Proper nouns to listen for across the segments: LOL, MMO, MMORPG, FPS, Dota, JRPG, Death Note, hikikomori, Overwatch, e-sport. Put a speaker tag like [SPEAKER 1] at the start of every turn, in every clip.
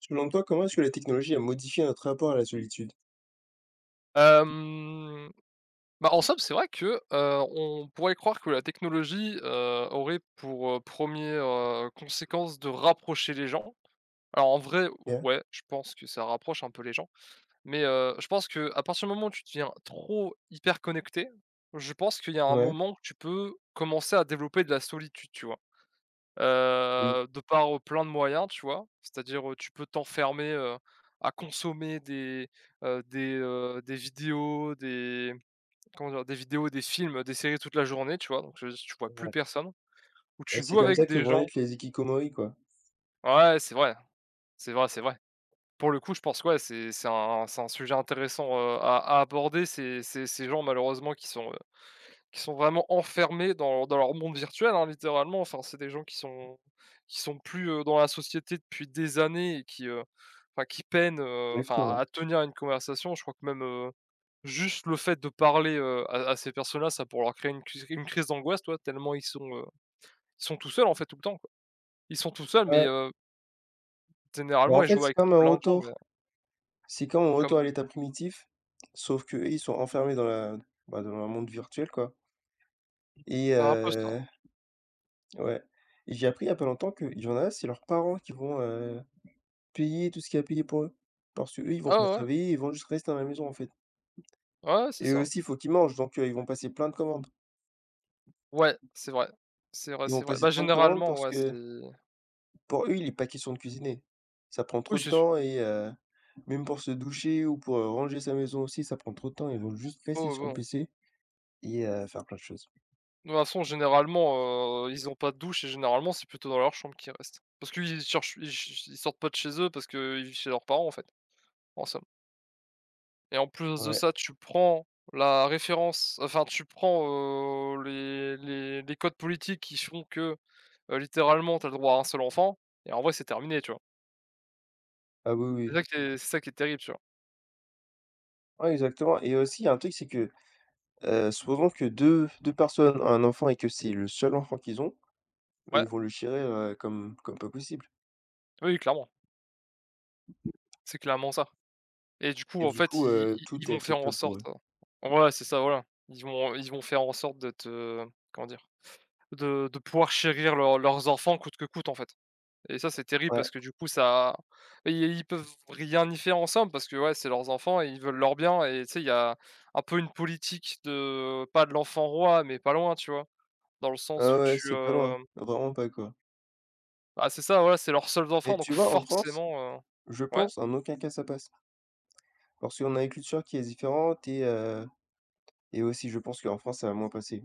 [SPEAKER 1] Selon toi, comment est-ce que la technologie a modifié notre rapport à la solitude?
[SPEAKER 2] Hem, bah, en somme, c'est vrai que, on pourrait croire que la technologie, aurait pour 1er conséquence de rapprocher les gens. Alors en vrai,
[SPEAKER 1] OK.
[SPEAKER 2] ouais, je pense que ça rapproche un peu les gens, mais, je pense que à partir du moment où tu deviens trop hyper connecté, je pense qu'il y a un
[SPEAKER 1] Ouais,
[SPEAKER 2] moment que tu peux commencer à développer de la solitude, tu vois?
[SPEAKER 1] oui,
[SPEAKER 2] De par, plein de moyens, tu vois? C'est-à-dire, tu peux t'enfermer, à consommer des vidéos, des Comment dire? Des vidéos, des films, des séries toute la journée, tu vois? Donc je veux dire, tu vois plus
[SPEAKER 1] ouais.
[SPEAKER 2] personne, ou
[SPEAKER 1] Bah,
[SPEAKER 2] tu
[SPEAKER 1] c'est
[SPEAKER 2] joues
[SPEAKER 1] comme
[SPEAKER 2] avec
[SPEAKER 1] ça que
[SPEAKER 2] des
[SPEAKER 1] vont
[SPEAKER 2] gens.
[SPEAKER 1] naître les hikikomori, quoi.
[SPEAKER 2] Ouais, c'est vrai, c'est vrai, c'est vrai. Pour le coup, je pense que ouais, c'est un sujet intéressant, à aborder, ces gens malheureusement qui sont vraiment enfermés dans leur monde virtuel, hein, littéralement. Enfin, c'est des gens qui sont plus, dans la société depuis des années et qui peinent, enfin à
[SPEAKER 1] Exactement.
[SPEAKER 2] tenir une conversation. Je crois que même, juste le fait de parler, à ces personnes-là, ça pourrait leur créer une crise d'angoisse, toi. Tellement ils sont tout seuls, en fait, tout le temps, quoi. Ils sont tout seuls, mais,
[SPEAKER 1] Ouais. Bah,
[SPEAKER 2] généralement,
[SPEAKER 1] en
[SPEAKER 2] ils
[SPEAKER 1] fait,
[SPEAKER 2] jouent
[SPEAKER 1] c'est
[SPEAKER 2] avec
[SPEAKER 1] comme un
[SPEAKER 2] plein de gens, mais
[SPEAKER 1] retour c'est comme un
[SPEAKER 2] comme
[SPEAKER 1] retour à l'état primitif, sauf qu'eux, ils sont enfermés dans la bah, dans un monde virtuel, quoi. Et
[SPEAKER 2] c'est un peu ça.
[SPEAKER 1] ouais, et j'ai appris il y a pas longtemps qu'il y en a, c'est leurs parents qui vont, payer tout ce qu'il y a à payer pour eux. Parce que eux, ils vont
[SPEAKER 2] Ah
[SPEAKER 1] pas
[SPEAKER 2] ouais, ouais.
[SPEAKER 1] travailler, ils vont juste rester à la maison, en fait.
[SPEAKER 2] Ouais, ouais, c'est
[SPEAKER 1] Et eux
[SPEAKER 2] ça.
[SPEAKER 1] aussi, il faut qu'ils mangent, donc ils vont passer plein de commandes.
[SPEAKER 2] Ouais, c'est vrai. C'est vrai,
[SPEAKER 1] Ils vont
[SPEAKER 2] c'est vrai.
[SPEAKER 1] passer
[SPEAKER 2] Bah,
[SPEAKER 1] plein de commandes
[SPEAKER 2] généralement,
[SPEAKER 1] parce
[SPEAKER 2] ouais, c'est
[SPEAKER 1] que pour eux, il est pas question de cuisiner. Ça prend trop
[SPEAKER 2] oui,
[SPEAKER 1] de
[SPEAKER 2] c'est su
[SPEAKER 1] temps et même pour se doucher ou pour, ranger sa maison aussi, ça prend trop de temps. Ils vont juste rester
[SPEAKER 2] oh,
[SPEAKER 1] sur
[SPEAKER 2] ouais,
[SPEAKER 1] le
[SPEAKER 2] ouais.
[SPEAKER 1] PC et faire plein de choses.
[SPEAKER 2] De toute façon, généralement, ils ont pas de douche et généralement, c'est plutôt dans leur chambre qu'ils restent. Parce qu'ils cherchent ils sortent pas de chez eux parce qu'ils vivent chez leurs parents, en fait, en somme. Et en plus de
[SPEAKER 1] Ouais.
[SPEAKER 2] ça, tu prends tu prends, les codes politiques qui font que, littéralement, t'as le droit à un seul enfant et en vrai, c'est terminé, tu vois?
[SPEAKER 1] Ah oui,
[SPEAKER 2] C'est
[SPEAKER 1] oui.
[SPEAKER 2] ça qui est c'est ça qui est terrible, tu vois?
[SPEAKER 1] Ouais, exactement, et aussi, il y a un truc, c'est que, supposons que deux personnes ont un enfant et que c'est le seul enfant qu'ils ont, mais
[SPEAKER 2] Ouais,
[SPEAKER 1] ils vont le chérir, comme pas possible
[SPEAKER 2] oui, clairement, c'est clairement ça. Et du coup,
[SPEAKER 1] et
[SPEAKER 2] en
[SPEAKER 1] du
[SPEAKER 2] fait,
[SPEAKER 1] coup,
[SPEAKER 2] ils ils
[SPEAKER 1] tout
[SPEAKER 2] ils
[SPEAKER 1] est
[SPEAKER 2] vont faire en
[SPEAKER 1] acceptable pour
[SPEAKER 2] sorte,
[SPEAKER 1] eux.
[SPEAKER 2] voilà, c'est ça, voilà. Ils vont faire en sorte de te, comment dire? De pouvoir chérir leurs enfants coûte que coûte, en fait. Et ça, c'est terrible
[SPEAKER 1] Ouais.
[SPEAKER 2] parce que du coup, ça, ils peuvent rien y faire ensemble parce que, ouais, c'est leurs enfants et ils veulent leur bien, et tu sais, il y a un peu une politique de pas de l'enfant roi, mais pas loin, tu vois? Dans le sens
[SPEAKER 1] Ouais,
[SPEAKER 2] où
[SPEAKER 1] ouais, c'est pas loin, vraiment pas, quoi.
[SPEAKER 2] bah, c'est ça, voilà, c'est leurs seuls enfants
[SPEAKER 1] Mais
[SPEAKER 2] donc
[SPEAKER 1] tu vois, en France,
[SPEAKER 2] forcément,
[SPEAKER 1] je
[SPEAKER 2] ouais,
[SPEAKER 1] pense en aucun cas ça passe, parce qu'on a une culture qui est différente et aussi je pense qu'en France ça va moins passer.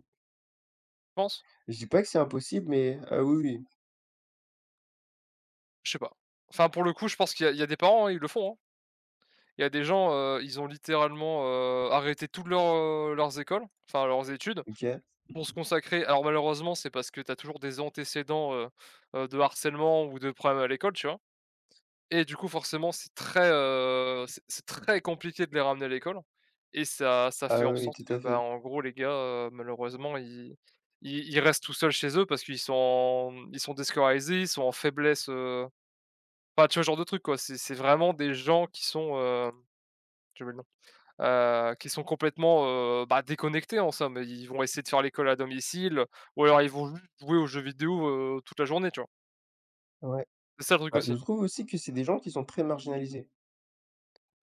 [SPEAKER 2] pense
[SPEAKER 1] Je dis pas que c'est impossible, mais ah oui, oui,
[SPEAKER 2] je sais pas. Enfin, pour le coup, je pense qu'il y a des parents, hein, ils le font, hein. Il y a des gens, ils ont littéralement, arrêté toutes leurs écoles, enfin leurs études.
[SPEAKER 1] OK.
[SPEAKER 2] Pour se consacrer, alors malheureusement, c'est parce que tu as toujours des antécédents, de harcèlement ou de problèmes à l'école, tu vois? Et du coup, forcément, c'est très compliqué de les ramener à l'école, et ça fait
[SPEAKER 1] Ah
[SPEAKER 2] en
[SPEAKER 1] oui, oui,
[SPEAKER 2] sorte
[SPEAKER 1] tout
[SPEAKER 2] que,
[SPEAKER 1] à
[SPEAKER 2] bah,
[SPEAKER 1] fait.
[SPEAKER 2] en gros, les gars, malheureusement, ils restent tout seuls chez eux parce qu'ils sont déscolarisés, ils sont en faiblesse, enfin, tu vois, ce genre de truc, quoi. C'est vraiment des gens qui sont, j'ai le nom. Qui sont complètement, bah, déconnectés en somme. Ils vont essayer de faire l'école à domicile, ou alors ils vont juste jouer aux jeux vidéo, toute la journée, tu vois?
[SPEAKER 1] Ouais.
[SPEAKER 2] C'est ça le truc
[SPEAKER 1] Bah, je
[SPEAKER 2] aussi.
[SPEAKER 1] trouve aussi que c'est des gens qui sont très marginalisés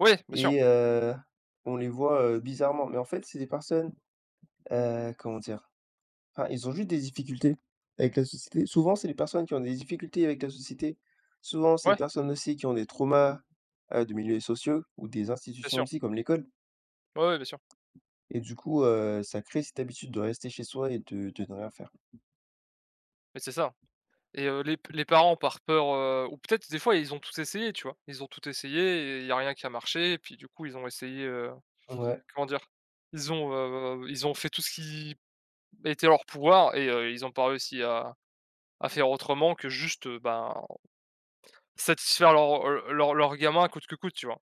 [SPEAKER 2] Oui, bien sûr.
[SPEAKER 1] et on les voit, bizarrement, mais en fait, c'est des personnes, comment dire? Enfin, ils ont juste des difficultés avec la société. Souvent, c'est les personnes qui ont des difficultés avec la société. Souvent, c'est les
[SPEAKER 2] Ouais,
[SPEAKER 1] personnes aussi qui ont des traumas, de milieux sociaux ou des
[SPEAKER 2] bien
[SPEAKER 1] institutions
[SPEAKER 2] sûr.
[SPEAKER 1] aussi comme l'école.
[SPEAKER 2] Ouais, ouais, bien sûr.
[SPEAKER 1] Et du coup, ça crée cette habitude de rester chez soi et de ne rien faire.
[SPEAKER 2] Mais c'est ça. Et les parents par peur, ou peut-être des fois ils ont tout essayé, tu vois? Ils ont tout essayé et il y a rien qui a marché et puis du coup ils ont essayé,
[SPEAKER 1] Ouais,
[SPEAKER 2] comment dire? Ils ont fait tout ce qui était en leur pouvoir et ils ont pas réussi à faire autrement que juste, satisfaire leur gamin coûte que coûte, tu vois?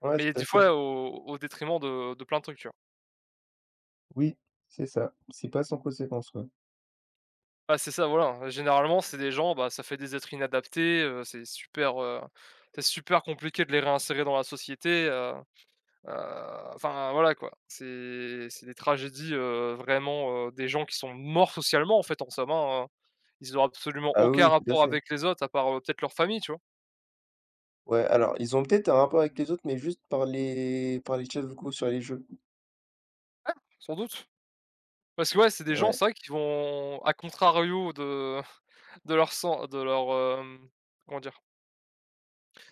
[SPEAKER 1] ouais,
[SPEAKER 2] Mais
[SPEAKER 1] tout
[SPEAKER 2] des
[SPEAKER 1] à fait.
[SPEAKER 2] fois au détriment de plein de trucs, tu vois?
[SPEAKER 1] Oui, c'est ça. C'est pas sans conséquence, ouais.
[SPEAKER 2] Bah, c'est ça, voilà, généralement, c'est des gens, bah, ça fait des êtres inadaptés, c'est super compliqué de les réinsérer dans la société, heu, enfin, voilà, quoi. C'est des tragédies, vraiment, des gens qui sont morts socialement, en fait, en somme, hein, ils ont absolument
[SPEAKER 1] Ah oui,
[SPEAKER 2] aucun
[SPEAKER 1] oui, tout à
[SPEAKER 2] rapport
[SPEAKER 1] fait.
[SPEAKER 2] avec les autres à part, peut-être leur famille, tu vois?
[SPEAKER 1] Ouais, alors ils ont peut-être un rapport avec les autres, mais juste par les chats vocaux sur les jeux.
[SPEAKER 2] Ouais, sans doute. Parce que ouais, c'est des gens,
[SPEAKER 1] Ouais,
[SPEAKER 2] c'est vrai, qui vont à contrario de de leur san de leur, hem, comment dire?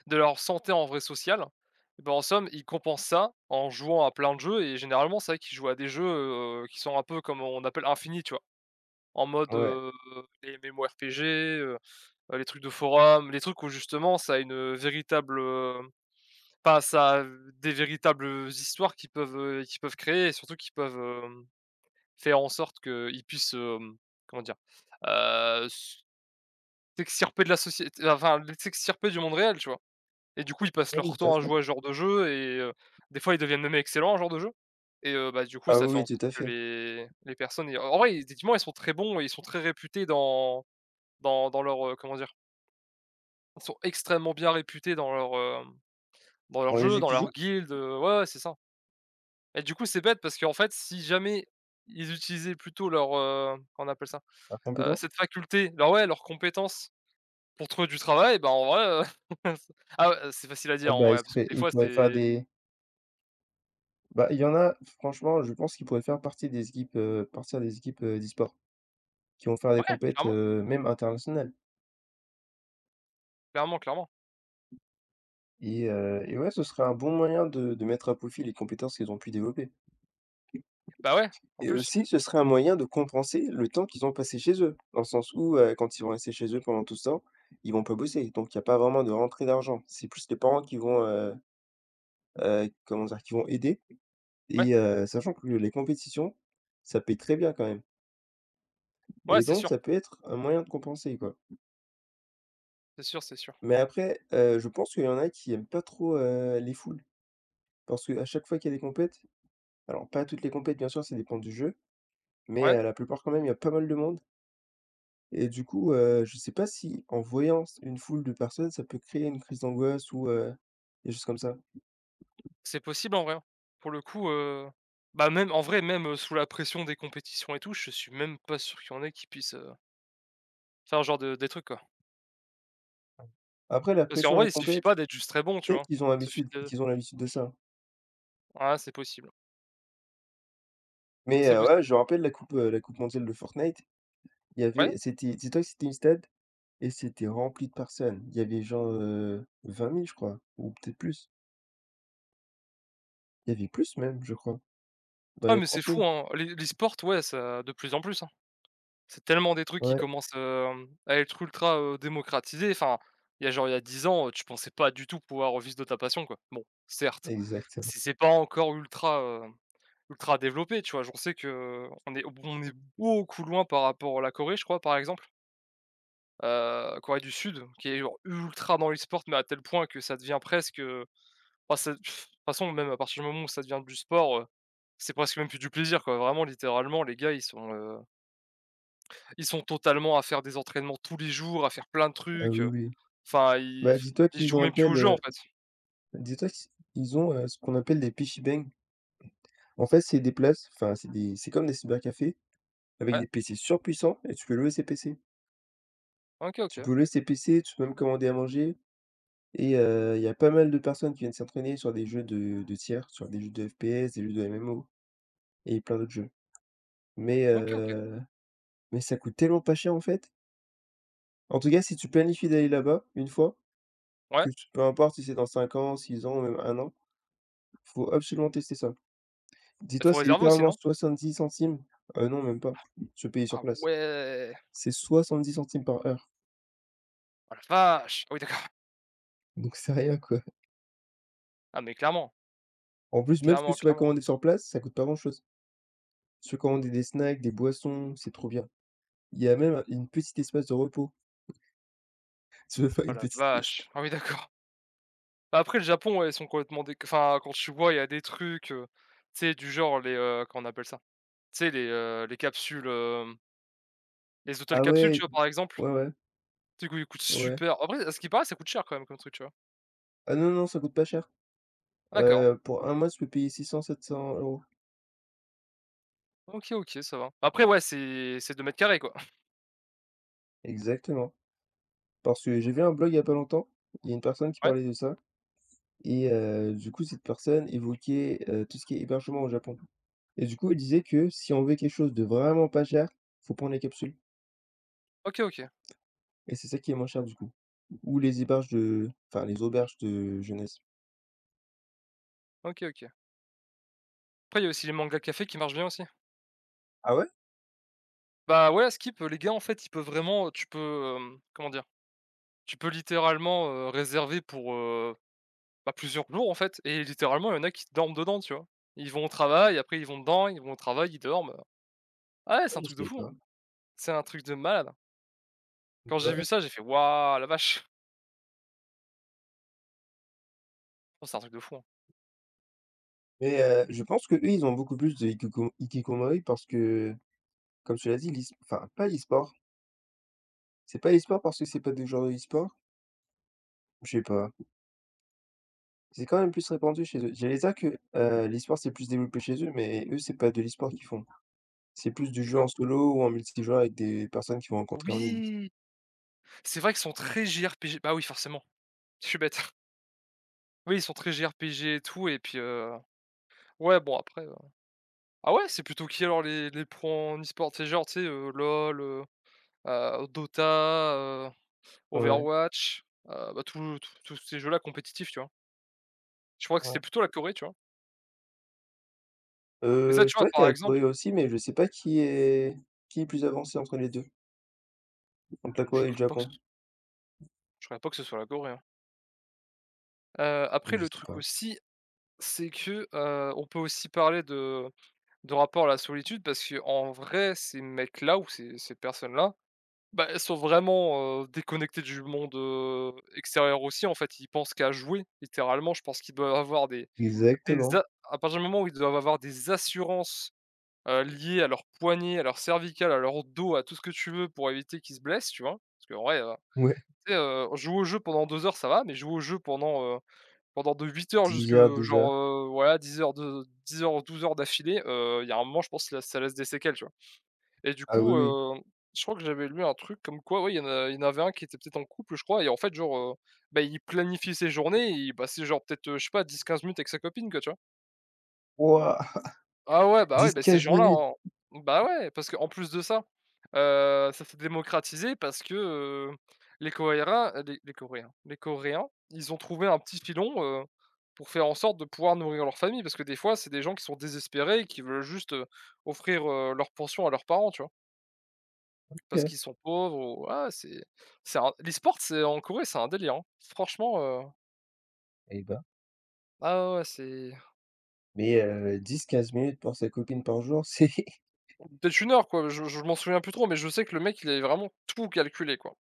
[SPEAKER 2] De leur santé en vrai sociale, et ben, en somme, ils compensent ça en jouant à plein de jeux et généralement, c'est vrai qu'ils jouent à des jeux, qui sont un peu comme on appelle infinis, tu vois? En mode,
[SPEAKER 1] ouais,
[SPEAKER 2] les MMORPG, les trucs de forum, les trucs où justement ça a des véritables histoires qui peuvent créer, et surtout qui peuvent faire en sorte qu'ils puissent, comment dire? Heu, s S'extirper de la société, enfin, s'extirper du monde réel, tu vois? Et du coup, ils passent
[SPEAKER 1] ouais,
[SPEAKER 2] leur
[SPEAKER 1] tout à
[SPEAKER 2] temps à
[SPEAKER 1] fait.
[SPEAKER 2] jouer à ce genre de jeu et des fois, ils deviennent même excellents à ce genre de jeu. Et bah, du coup,
[SPEAKER 1] Ah
[SPEAKER 2] ça
[SPEAKER 1] oui,
[SPEAKER 2] fait
[SPEAKER 1] oui,
[SPEAKER 2] en sorte
[SPEAKER 1] tout à
[SPEAKER 2] que
[SPEAKER 1] fait.
[SPEAKER 2] les personnes, et en vrai, effectivement, ils sont très bons et ils sont très réputés dans dans leur, comment dire? Ils sont extrêmement bien réputés dans hem, leur
[SPEAKER 1] Dans les
[SPEAKER 2] jeu,
[SPEAKER 1] jeux
[SPEAKER 2] dans
[SPEAKER 1] qu'ils
[SPEAKER 2] leur
[SPEAKER 1] jouent?
[SPEAKER 2] guilde, ouais, ouais, c'est ça. Et du coup, c'est bête parce qu'en fait, si jamais ils utilisaient plutôt leur, comment on appelle ça?
[SPEAKER 1] Par compétence?
[SPEAKER 2] Cette faculté, leur ouais, leur compétence pour trouver du travail, bah, en vrai, c'est ah ouais, c'est facile à
[SPEAKER 1] Ah
[SPEAKER 2] dire en
[SPEAKER 1] bah,
[SPEAKER 2] vrai, parce que des
[SPEAKER 1] ils
[SPEAKER 2] fois
[SPEAKER 1] pourraient faire
[SPEAKER 2] c'est
[SPEAKER 1] des. Bah, il y en a, franchement, je pense qu'ils pourraient faire partie des équipes, partir des équipes, d'e-sport qui vont faire des
[SPEAKER 2] ouais,
[SPEAKER 1] compètes,
[SPEAKER 2] clairement,
[SPEAKER 1] même internationales.
[SPEAKER 2] clairement, clairement.
[SPEAKER 1] Et ouais, ce serait un bon moyen de mettre à profit les compétences qu'ils ont pu développer,
[SPEAKER 2] Bah, ouais, en
[SPEAKER 1] et
[SPEAKER 2] plus,
[SPEAKER 1] aussi, ce serait un moyen de compenser le temps qu'ils ont passé chez eux. Dans le sens où, quand ils vont rester chez eux pendant tout ce temps, ils vont pas bosser, donc il y a pas vraiment de rentrée d'argent. C'est plus les parents qui vont, comment dire? Qui vont aider
[SPEAKER 2] ouais,
[SPEAKER 1] et sachant que les compétitions, ça paye très bien quand même,
[SPEAKER 2] ouais,
[SPEAKER 1] et
[SPEAKER 2] c'est
[SPEAKER 1] donc
[SPEAKER 2] sûr,
[SPEAKER 1] ça peut être un moyen de compenser, quoi.
[SPEAKER 2] c'est sûr, c'est sûr.
[SPEAKER 1] Mais après, je pense qu'il y en a qui aiment pas trop, les foules, parce qu'à chaque fois qu'il y a des compètes, alors pas toutes les compètes bien sûr, ça dépend du jeu. Mais
[SPEAKER 2] Ouais,
[SPEAKER 1] la plupart quand même, il y a pas mal de monde et du coup, je sais pas si en voyant s une foule de personnes, ça peut créer une crise d'angoisse ou des choses comme ça.
[SPEAKER 2] c'est possible en vrai, hein. Pour le coup, bah, même en vrai, même, sous la pression des compétitions et tout, je suis même pas sûr qu'il y en ait qui puissent, faire genre de des trucs, quoi.
[SPEAKER 1] Après la
[SPEAKER 2] Parce qu'en
[SPEAKER 1] pression
[SPEAKER 2] vrai,
[SPEAKER 1] des
[SPEAKER 2] il suffit pas
[SPEAKER 1] compètes,
[SPEAKER 2] d'être juste très bon, tu
[SPEAKER 1] peut-être
[SPEAKER 2] vois?
[SPEAKER 1] qu'ils ont
[SPEAKER 2] Il suffit
[SPEAKER 1] l'habitude
[SPEAKER 2] de
[SPEAKER 1] qu'ils ont l'habitude de ça.
[SPEAKER 2] Ouais, c'est possible,
[SPEAKER 1] Mais
[SPEAKER 2] c'est possible.
[SPEAKER 1] ouais, je me rappelle la coupe mondiale de Fortnite, il y
[SPEAKER 2] Ouais.
[SPEAKER 1] avait c'était dis-toi que c'était une stade et c'était rempli de personnes. Il y avait genre, 20 000 je crois ou peut-être plus. Il y avait plus même je crois, dans
[SPEAKER 2] Ouais,
[SPEAKER 1] les
[SPEAKER 2] mais c'est
[SPEAKER 1] 30 000.
[SPEAKER 2] fou, hein, l'e-sport, ouais, ça de plus en plus, hein. C'est tellement des trucs qui
[SPEAKER 1] Ouais,
[SPEAKER 2] commencent, à être ultra, démocratisés. Enfin, il y a genre, il y a 10 ans, tu pensais pas du tout pouvoir vivre de ta passion, quoi. Bon, certes,
[SPEAKER 1] exactement.
[SPEAKER 2] c'est pas encore ultra, ultra développé, tu vois? J'en sais que on est beaucoup loin par rapport à la Corée, je crois, par exemple. Corée du Sud, qui est genre ultra dans l'e-sport, mais à tel point que ça devient presque, bah, c'est de toute façon, même à partir du moment où ça devient du sport, c'est presque même plus du plaisir, quoi. Vraiment littéralement, les gars, ils sont totalement à faire des entraînements tous les jours, à faire plein de
[SPEAKER 1] Ah
[SPEAKER 2] trucs,
[SPEAKER 1] oui, oui.
[SPEAKER 2] enfin
[SPEAKER 1] Bah,
[SPEAKER 2] ils jouent même plus au jeu en fait.
[SPEAKER 1] dis-toi qu ils ont, ce qu'on appelle des piggybanks. En fait, c'est des places, enfin, c'est comme des cybercafés avec
[SPEAKER 2] Ouais?
[SPEAKER 1] des PC surpuissants et tu peux louer ces PC.
[SPEAKER 2] OK,
[SPEAKER 1] Tu
[SPEAKER 2] OK.
[SPEAKER 1] peux louer ces PC, tu peux même commander à manger et il y a pas mal de personnes qui viennent s'entraîner sur des jeux de tiers, sur des jeux de FPS, des jeux de MMO et plein d'autres jeux. Mais
[SPEAKER 2] OK, OK.
[SPEAKER 1] heu, mais ça coûte tellement pas cher, en fait. En tout cas, si tu planifies d'aller là-bas, une fois,
[SPEAKER 2] Ouais.
[SPEAKER 1] que tu peu importe si c'est dans 5 ans, 6 ans, même 1 an, faut absolument tester ça.
[SPEAKER 2] Il faut
[SPEAKER 1] Dis-toi, c'est
[SPEAKER 2] réserver aussi,
[SPEAKER 1] littéralement
[SPEAKER 2] non?
[SPEAKER 1] 70 centimes, non même pas, je payais sur
[SPEAKER 2] Ah
[SPEAKER 1] place.
[SPEAKER 2] ouais!
[SPEAKER 1] C'est 70 centimes par heure,
[SPEAKER 2] Oh la vache! Ah oui d'accord.
[SPEAKER 1] donc c'est rien, quoi.
[SPEAKER 2] Ah mais clairement,
[SPEAKER 1] En plus, même ce que
[SPEAKER 2] clairement,
[SPEAKER 1] tu vas
[SPEAKER 2] clairement.
[SPEAKER 1] commander sur place, ça coûte pas grand-chose. Tu peux commander des snacks, des boissons, c'est trop bien. Il y a même une petite espace de repos, tu veux faire
[SPEAKER 2] Oh
[SPEAKER 1] une
[SPEAKER 2] la
[SPEAKER 1] petite sieste.
[SPEAKER 2] vache! Ah oui d'accord. Bah, après le Japon, ouais, ils sont complètement déc enfin quand tu vois, il y a des trucs, tu sais du genre les, comment on appelle ça? Tu sais les hôtels
[SPEAKER 1] Ah
[SPEAKER 2] capsules, tu
[SPEAKER 1] ouais,
[SPEAKER 2] vois, par exemple?
[SPEAKER 1] ouais, ouais,
[SPEAKER 2] Tu sais, ils coûtent
[SPEAKER 1] ouais.
[SPEAKER 2] super après à ce qui paraît, ça coûte cher quand même comme truc, tu vois?
[SPEAKER 1] Ah non, non, ça coûte pas cher.
[SPEAKER 2] D'accord.
[SPEAKER 1] Pour un mois, tu peux payer 600, 700 euros.
[SPEAKER 2] OK, OK, ça va. Après, ouais, c'est 2 m² quoi.
[SPEAKER 1] Exactement, parce que j'ai vu un blog il y a pas longtemps, il y a une personne qui
[SPEAKER 2] Ouais.
[SPEAKER 1] parlait de ça et du coup, cette personne évoquait, tout ce qui est hébergement au Japon. Et du coup, il disait que si on veut quelque chose de vraiment pas cher, faut prendre les capsules
[SPEAKER 2] OK, OK.
[SPEAKER 1] et c'est ça qui est moins cher du coup. Ou les héberges de enfin les auberges de jeunesse.
[SPEAKER 2] OK, OK. Après, il y a aussi les mangas cafés qui marchent bien aussi.
[SPEAKER 1] Ah ouais?
[SPEAKER 2] Bah, ouais, Skip, les gars, en fait, ils peuvent vraiment, tu peux, comment dire? Tu peux littéralement, réserver pour, bah, plusieurs jours, en fait, et littéralement, il y en a qui dorment dedans, tu vois? Ils vont au travail, après ils vont dedans, ils vont au travail, ils dorment. Ah ouais,
[SPEAKER 1] Ah,
[SPEAKER 2] c'est un
[SPEAKER 1] je
[SPEAKER 2] truc de
[SPEAKER 1] savais
[SPEAKER 2] fou, hein.
[SPEAKER 1] pas.
[SPEAKER 2] C'est un truc de malade. Quand
[SPEAKER 1] Bah,
[SPEAKER 2] j'ai vu
[SPEAKER 1] ouais.
[SPEAKER 2] ça, j'ai fait: «Waouh, la vache!» Oh, c'est un truc de fou, hein.
[SPEAKER 1] Mais, je pense que eux, ils ont beaucoup plus de Ikiko hikikomori parce que, comme tu l'as dit, l'es enfin pas l'e-sport. C'est pas l'e-sport parce que c'est pas des joueurs de e-sport? Je sais pas. C'est quand même plus répandu chez eux. J'allais dire que, l'e-sport, c'est plus développé chez eux, mais eux, c'est pas de l'e-sport qu'ils font. C'est plus du
[SPEAKER 2] C'est
[SPEAKER 1] jeu
[SPEAKER 2] quoi?
[SPEAKER 1] en solo ou en multijoueur avec des personnes qu'ils vont rencontrer en ligne.
[SPEAKER 2] Oui! C'est vrai qu'ils sont très JRPG. Bah oui, forcément, je suis bête. Oui, ils sont très JRPG et tout et puis, ouais, bon après, ah ouais, c'est plutôt qui alors les pros en e-sport? C'est genre, tu sais, LOL, Dota,
[SPEAKER 1] Ouais,
[SPEAKER 2] Overwatch, bah, tous ces jeux-là compétitifs, tu vois? Je crois que c'était
[SPEAKER 1] ouais.
[SPEAKER 2] plutôt la Corée, tu vois? Et ça, tu
[SPEAKER 1] C'est
[SPEAKER 2] vois,
[SPEAKER 1] vrai qu'il y
[SPEAKER 2] par
[SPEAKER 1] a la
[SPEAKER 2] exemple,
[SPEAKER 1] Corée aussi, mais je sais pas qui est plus avancé entre les deux, entre la
[SPEAKER 2] je
[SPEAKER 1] Corée et le
[SPEAKER 2] crois pas que ce
[SPEAKER 1] Japon.
[SPEAKER 2] je crois pas que ce soit la Corée, hein. Après
[SPEAKER 1] Je
[SPEAKER 2] le
[SPEAKER 1] sais
[SPEAKER 2] truc
[SPEAKER 1] pas.
[SPEAKER 2] aussi, c'est que, on peut aussi parler de rapport à la solitude parce que en vrai, ces mecs-là ou ces personnes-là, bah, elles sont vraiment, déconnectées du monde, extérieur aussi, en fait. Ils pensent qu'à jouer, littéralement. Je pense qu'ils doivent avoir des a
[SPEAKER 1] Exactement,
[SPEAKER 2] à partir du moment où ils doivent avoir des assurances, liées à leur poignet à leur cervicales, à leur dos, à tout ce que tu veux pour éviter qu'ils se blessent, tu vois? Parce qu'en vrai,
[SPEAKER 1] ouais,
[SPEAKER 2] tu sais, jouer au jeu pendant 2 heures, ça va, mais jouer au jeu pendant, de 8 heures
[SPEAKER 1] 10
[SPEAKER 2] jusque
[SPEAKER 1] heures, 12 heures.
[SPEAKER 2] genre, voilà, 10 heures, 12 heures d'affilée, il y a un moment, je pense que ça laisse des séquelles, tu vois? Et du
[SPEAKER 1] Ah oui,
[SPEAKER 2] coup,
[SPEAKER 1] oui.
[SPEAKER 2] je crois que j'avais lu un truc comme quoi, ouais, il y en avait un qui était peut-être en couple, je crois et en fait, genre, bah, il planifie ses journées et il passait genre peut-être, je sais pas 10, 15 minutes avec sa copine quoi, tu vois?
[SPEAKER 1] Waouh!
[SPEAKER 2] Ah ouais,
[SPEAKER 1] dix
[SPEAKER 2] bah, ces
[SPEAKER 1] quinze
[SPEAKER 2] gens-là
[SPEAKER 1] minutes,
[SPEAKER 2] en bah, ouais, parce qu'en plus de ça, ça s'est démocratisé parce que, les coréens les coréens, ils ont trouvé un petit filon, pour faire en sorte de pouvoir nourrir leur famille parce que des fois, c'est des gens qui sont désespérés et qui veulent juste, offrir, leur pension à leurs parents, tu vois? Parce
[SPEAKER 1] OK.
[SPEAKER 2] qu'ils sont pauvres ou ah c'est un l'e-sport c'est en Corée, c'est un délire, hein. Franchement,
[SPEAKER 1] Eh ben,
[SPEAKER 2] ah ouais, ouais, c'est
[SPEAKER 1] mais 10-15 minutes pour sa copine par jour, c'est
[SPEAKER 2] peut-être 1 heure quoi, je m'en souviens plus trop, mais je sais que le mec, il avait vraiment tout calculé quoi.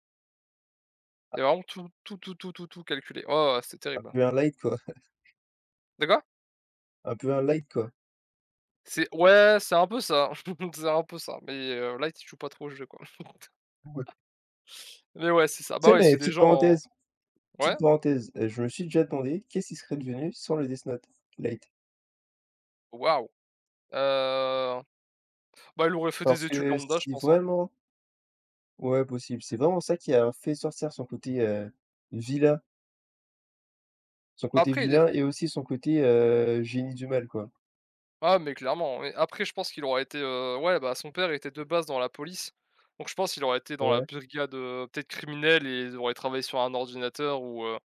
[SPEAKER 2] Il avait vraiment tout tout tout tout tout tout calculé. Oh, c'est terrible,
[SPEAKER 1] un
[SPEAKER 2] d'accord.
[SPEAKER 1] peu un light, quoi, un peu un light, quoi.
[SPEAKER 2] C'est ouais, c'est un peu ça, c'est un peu ça, mais là, tu joues pas trop au jeu quoi.
[SPEAKER 1] Ouais.
[SPEAKER 2] Mais ouais, c'est ça. Bah
[SPEAKER 1] Tu sais,
[SPEAKER 2] ouais,
[SPEAKER 1] mais
[SPEAKER 2] c'est des gens en- ouais?
[SPEAKER 1] petite parenthèse, je me suis déjà demandé qu'est-ce qui serait devenu sans le Death Note, Light?
[SPEAKER 2] Waouh! Heu, bah, il aurait fait des
[SPEAKER 1] Parce
[SPEAKER 2] études
[SPEAKER 1] que
[SPEAKER 2] lambda, je
[SPEAKER 1] si
[SPEAKER 2] pense, hein.
[SPEAKER 1] vraiment. Ouais, possible. C'est vraiment ça qui a fait sortir vilain son côté
[SPEAKER 2] Après, il
[SPEAKER 1] vilain
[SPEAKER 2] est
[SPEAKER 1] et aussi son côté, génie du mal, quoi.
[SPEAKER 2] ah mais clairement, mais après je pense qu'il aurait été, ouais, bah, son père était de base dans la police, donc je pense qu'il aurait été dans la
[SPEAKER 1] Ouais,
[SPEAKER 2] brigade, peut-être criminelle et il aurait travaillé sur un ordinateur ou, heu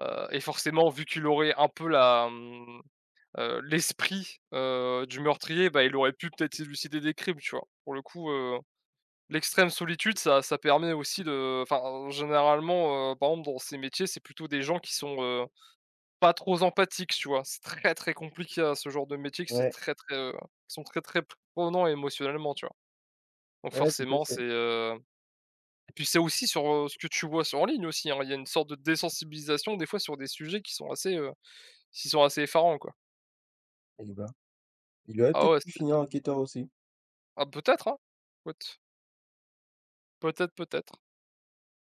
[SPEAKER 2] heu et forcément vu qu'il aurait un peu la, mmh, l'esprit, du meurtrier, bah, il aurait pu peut-être élucider des crimes, tu vois? Pour le coup, l'extrême solitude ça permet aussi de enfin, généralement, par exemple dans ces métiers, c'est plutôt des gens qui sont, pas trop empathique, tu vois? C'est très, très compliqué à ce genre de métier que c'est
[SPEAKER 1] ouais,
[SPEAKER 2] très, très, ils sont très, très prenants émotionnellement, tu vois? Donc
[SPEAKER 1] ouais, tout à
[SPEAKER 2] forcément, c'est,
[SPEAKER 1] fait
[SPEAKER 2] et puis c'est aussi sur, ce que tu vois sur en ligne aussi, hein. Il y a une sorte de désensibilisation des fois sur des sujets qui sont assez effarants, quoi.
[SPEAKER 1] et bah, il aurait
[SPEAKER 2] Ah
[SPEAKER 1] peut-être
[SPEAKER 2] ouais,
[SPEAKER 1] pu
[SPEAKER 2] c'est
[SPEAKER 1] finir enquêteur aussi.
[SPEAKER 2] ah peut-être, hein? peut peut-être, peut-être.